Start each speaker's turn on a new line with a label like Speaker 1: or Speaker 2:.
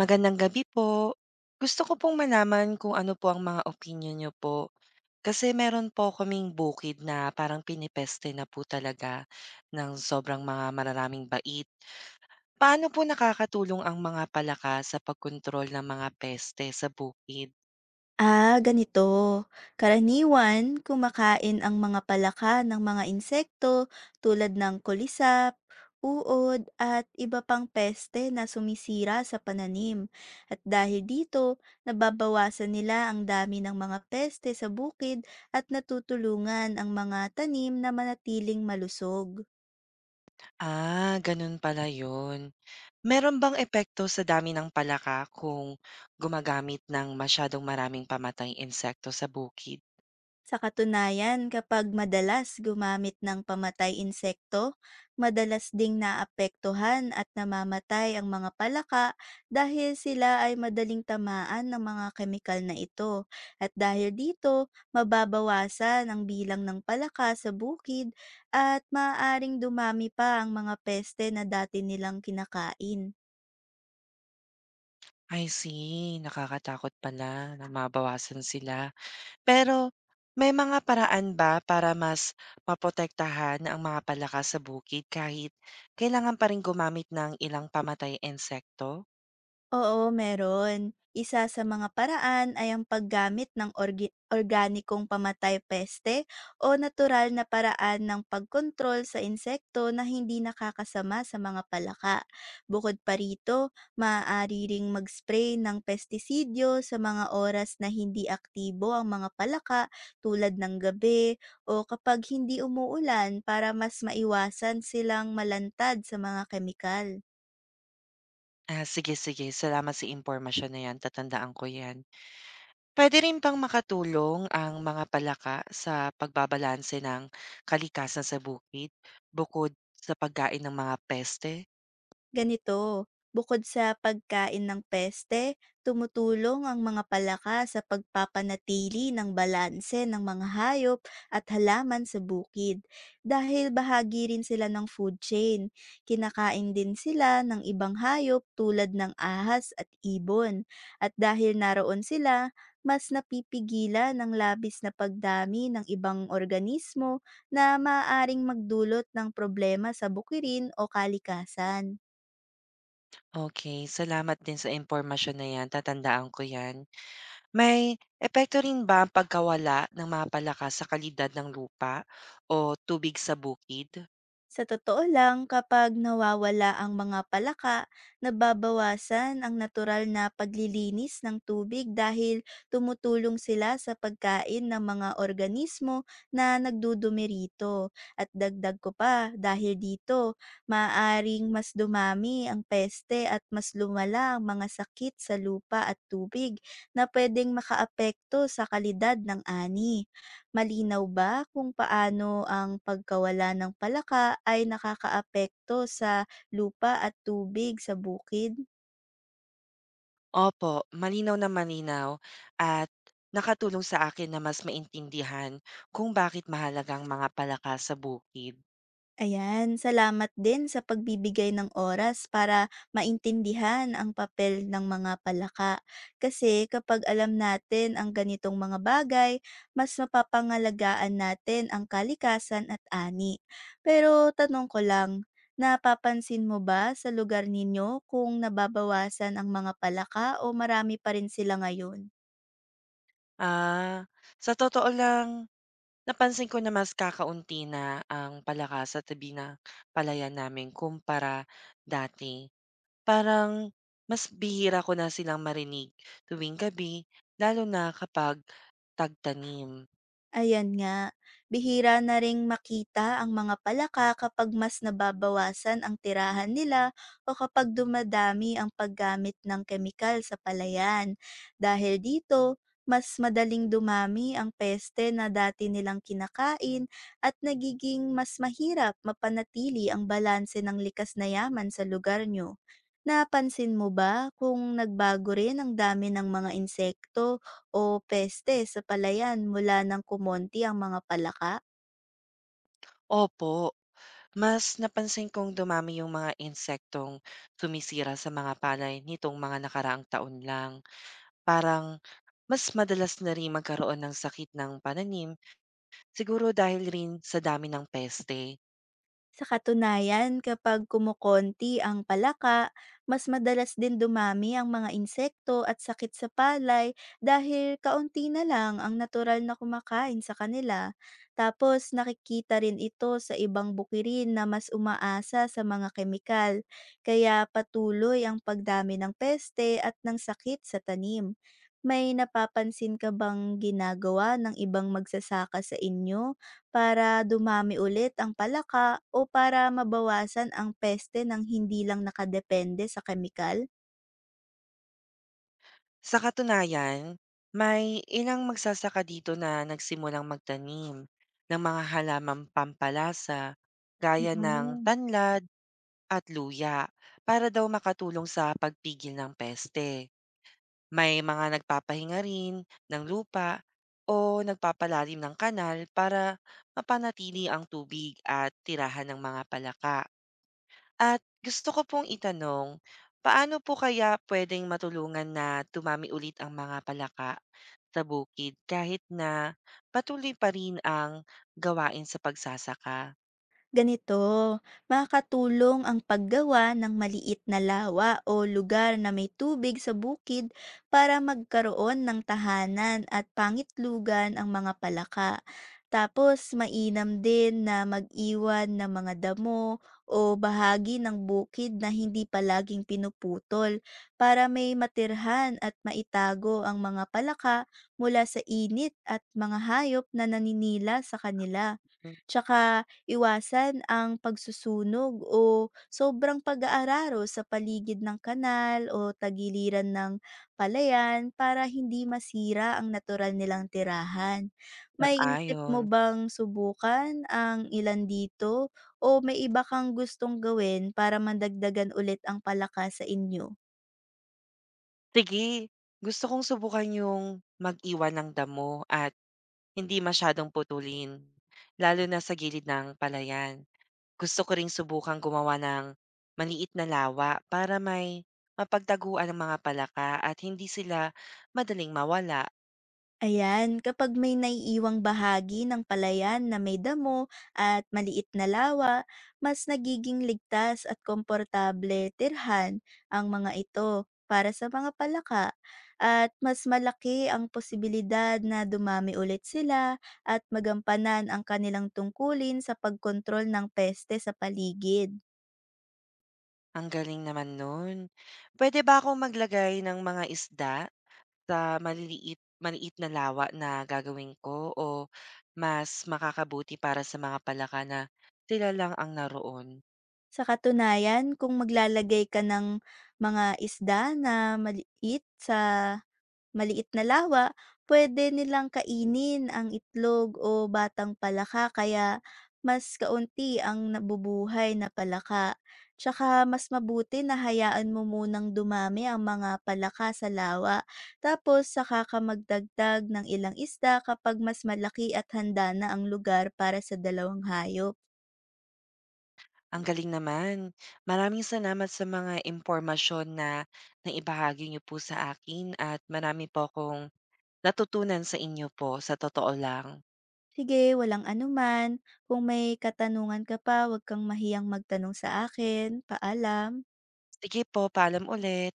Speaker 1: Magandang gabi po. Gusto ko pong malaman kung ano po ang mga opinyon niyo po. Kasi meron po kaming bukid na parang pinepeste na po talaga ng sobrang mga mararaming bait. Paano po nakakatulong ang mga palaka sa pagkontrol ng mga peste sa bukid?
Speaker 2: Ah, ganito. Karaniwan, kumakain ang mga palaka ng mga insekto tulad ng kulisap, uod at iba pang peste na sumisira sa pananim. At dahil dito, nababawasan nila ang dami ng mga peste sa bukid at natutulungan ang mga tanim na manatiling malusog.
Speaker 1: Ah, ganun pala yun. Meron bang epekto sa dami ng palaka kung gumagamit ng masyadong maraming pamatay insekto sa bukid?
Speaker 2: Sa katunayan, kapag madalas gumamit ng pamatay insekto, madalas ding naapektuhan at namamatay ang mga palaka dahil sila ay madaling tamaan ng mga kemikal na ito. At dahil dito, mababawasan ang bilang ng palaka sa bukid at maaaring dumami pa ang mga peste na dati nilang kinakain.
Speaker 1: I see, nakakatakot pala na mabawasan sila. Pero may mga paraan ba para mas maprotektahan ang mga palaka sa bukid kahit kailangan pa rin gumamit ng ilang pamatay insekto?
Speaker 2: Oo, meron. Isa sa mga paraan ay ang paggamit ng organikong pamatay peste o natural na paraan ng pagkontrol sa insekto na hindi nakakasama sa mga palaka. Bukod pa rito, maaari ring mag-spray ng pestisidyo sa mga oras na hindi aktibo ang mga palaka tulad ng gabi o kapag hindi umuulan para mas maiwasan silang malantad sa mga kemikal.
Speaker 1: Ah, sige, sige. Salamat sa impormasyon na yan. Tatandaan ko yan. Pwede rin bang makatulong ang mga palaka sa pagbabalanse ng kalikasan sa bukid bukod sa pagkain ng mga peste?
Speaker 2: Ganito, bukod sa pagkain ng peste, tumutulong ang mga palaka sa pagpapanatili ng balanse ng mga hayop at halaman sa bukid. Dahil bahagi rin sila ng food chain, kinakain din sila ng ibang hayop tulad ng ahas at ibon. At dahil naroon sila, mas napipigilan ng labis na pagdami ng ibang organismo na maaaring magdulot ng problema sa bukirin o kalikasan.
Speaker 1: Okay, salamat din sa impormasyon na yan. Tatandaan ko yan. May epekto rin ba ang pagkawala ng mga palaka sa kalidad ng lupa o tubig sa bukid?
Speaker 2: Sa totoo lang, kapag nawawala ang mga palaka, nababawasan ang natural na paglilinis ng tubig dahil tumutulong sila sa pagkain ng mga organismo na nagdudumi rito. At dagdag ko pa, dahil dito, maaring mas dumami ang peste at mas lumala ang mga sakit sa lupa at tubig na pwedeng makaapekto sa kalidad ng ani. Malinaw ba kung paano ang pagkawala ng palaka ay nakakaapekto sa lupa at tubig sa bukid?
Speaker 1: Opo, malinaw na malinaw at nakatulong sa akin na mas maintindihan kung bakit mahalagang mga palaka sa bukid.
Speaker 2: Ayan, salamat din sa pagbibigay ng oras para maintindihan ang papel ng mga palaka. Kasi kapag alam natin ang ganitong mga bagay, mas mapapangalagaan natin ang kalikasan at ani. Pero tanong ko lang, napapansin mo ba sa lugar ninyo kung nababawasan ang mga palaka o marami pa rin sila ngayon?
Speaker 1: Ah, sa totoo lang, napansin ko na mas kakaunti na ang palaka sa tabi ng palayan namin kumpara dati. Parang mas bihira ko na silang marinig tuwing gabi lalo na kapag tagtanim.
Speaker 2: Ayan nga, bihira na ring makita ang mga palaka kapag mas nababawasan ang tirahan nila o kapag dumadami ang paggamit ng kemikal sa palayan. Dahil dito, mas madaling dumami ang peste na dati nilang kinakain at nagiging mas mahirap mapanatili ang balanse ng likas na yaman sa lugar nyo. Napansin mo ba kung nagbago rin ang dami ng mga insekto o peste sa palayan mula ng kumonti ang mga palaka.
Speaker 1: Opo, mas napansin kong dumami yung mga insektong sumisira sa mga palay nitong mga nakaraang taon lang. Parang mas madalas na rin magkaroon ng sakit ng pananim siguro dahil rin sa dami ng peste.
Speaker 2: Sa katunayan, kapag kumukonti ang palaka, mas madalas din dumami ang mga insekto at sakit sa palay dahil kaunti na lang ang natural na kumakain sa kanila. Tapos nakikita rin ito sa ibang bukirin na mas umaasa sa mga kemikal, kaya patuloy ang pagdami ng peste at ng sakit sa tanim. May napapansin ka bang ginagawa ng ibang magsasaka sa inyo para dumami ulit ang palaka o para mabawasan ang peste ng hindi lang nakadepende sa kemikal?
Speaker 1: Sa katunayan, may ilang magsasaka dito na nagsimulang magtanim ng mga halamang pampalasa gaya ng
Speaker 2: Mm.
Speaker 1: tanlad at luya para daw makatulong sa pagpigil ng peste. May mga nagpapahinga rin ng lupa o nagpapalalim ng kanal para mapanatili ang tubig at tirahan ng mga palaka. At gusto ko pong itanong, paano po kaya pwedeng matulungan na tumami ulit ang mga palaka sa bukid kahit na patuloy pa rin ang gawain sa pagsasaka?
Speaker 2: Ganito, makakatulong ang paggawa ng maliit na lawa o lugar na may tubig sa bukid para magkaroon ng tahanan at pangitlugan ang mga palaka. Tapos mainam din na mag-iwan ng mga damo o bahagi ng bukid na hindi palaging pinuputol para may matirhan at maitago ang mga palaka mula sa init at mga hayop na naninila sa kanila.
Speaker 1: Hmm,
Speaker 2: Tsaka iwasan ang pagsusunog o sobrang pag-aararo sa paligid ng kanal o tagiliran ng palayan para hindi masira ang natural nilang tirahan. May isip
Speaker 1: sang-ayon.
Speaker 2: mo bang subukan ang ilan dito o may iba kang gustong gawin para mandagdagan ulit ang palaka sa inyo?
Speaker 1: Sige, gusto kong subukan yung mag-iwan ng damo at hindi masyadong putulin, lalo na sa gilid ng palayan. Gusto ko ring subukang gumawa ng maliit na lawa para may mapagtaguan ang mga palaka at hindi sila madaling mawala.
Speaker 2: Ayan, kapag may naiiwang bahagi ng palayan na may damo at maliit na lawa, mas nagiging ligtas at komportable tirhan ang mga ito para sa mga palaka at mas malaki ang posibilidad na dumami ulit sila at magampanan ang kanilang tungkulin sa pagkontrol ng peste sa paligid.
Speaker 1: Ang galing naman nun. Pwede ba akong maglagay ng mga isda sa maliliit, maliit na lawa na gagawin ko o mas makakabuti para sa mga palaka na sila lang ang naroon?
Speaker 2: Sa katunayan, kung maglalagay ka ng mga isda na maliit sa maliit na lawa, pwede nilang kainin ang itlog o batang palaka kaya mas kaunti ang nabubuhay na palaka. Tsaka mas mabuti na hayaan mo munang dumami ang mga palaka sa lawa tapos saka ka magdagdag ng ilang isda kapag mas malaki at handa na ang lugar para sa dalawang hayop.
Speaker 1: Ang galing naman. Maraming salamat sa mga impormasyon na naibahagi niyo po sa akin at marami po akong natutunan sa inyo po, sa totoo lang.
Speaker 2: Sige, walang anuman. Kung may katanungan ka pa, huwag kang mahiyang magtanong sa akin. Paalam.
Speaker 1: Sige po, paalam ulit.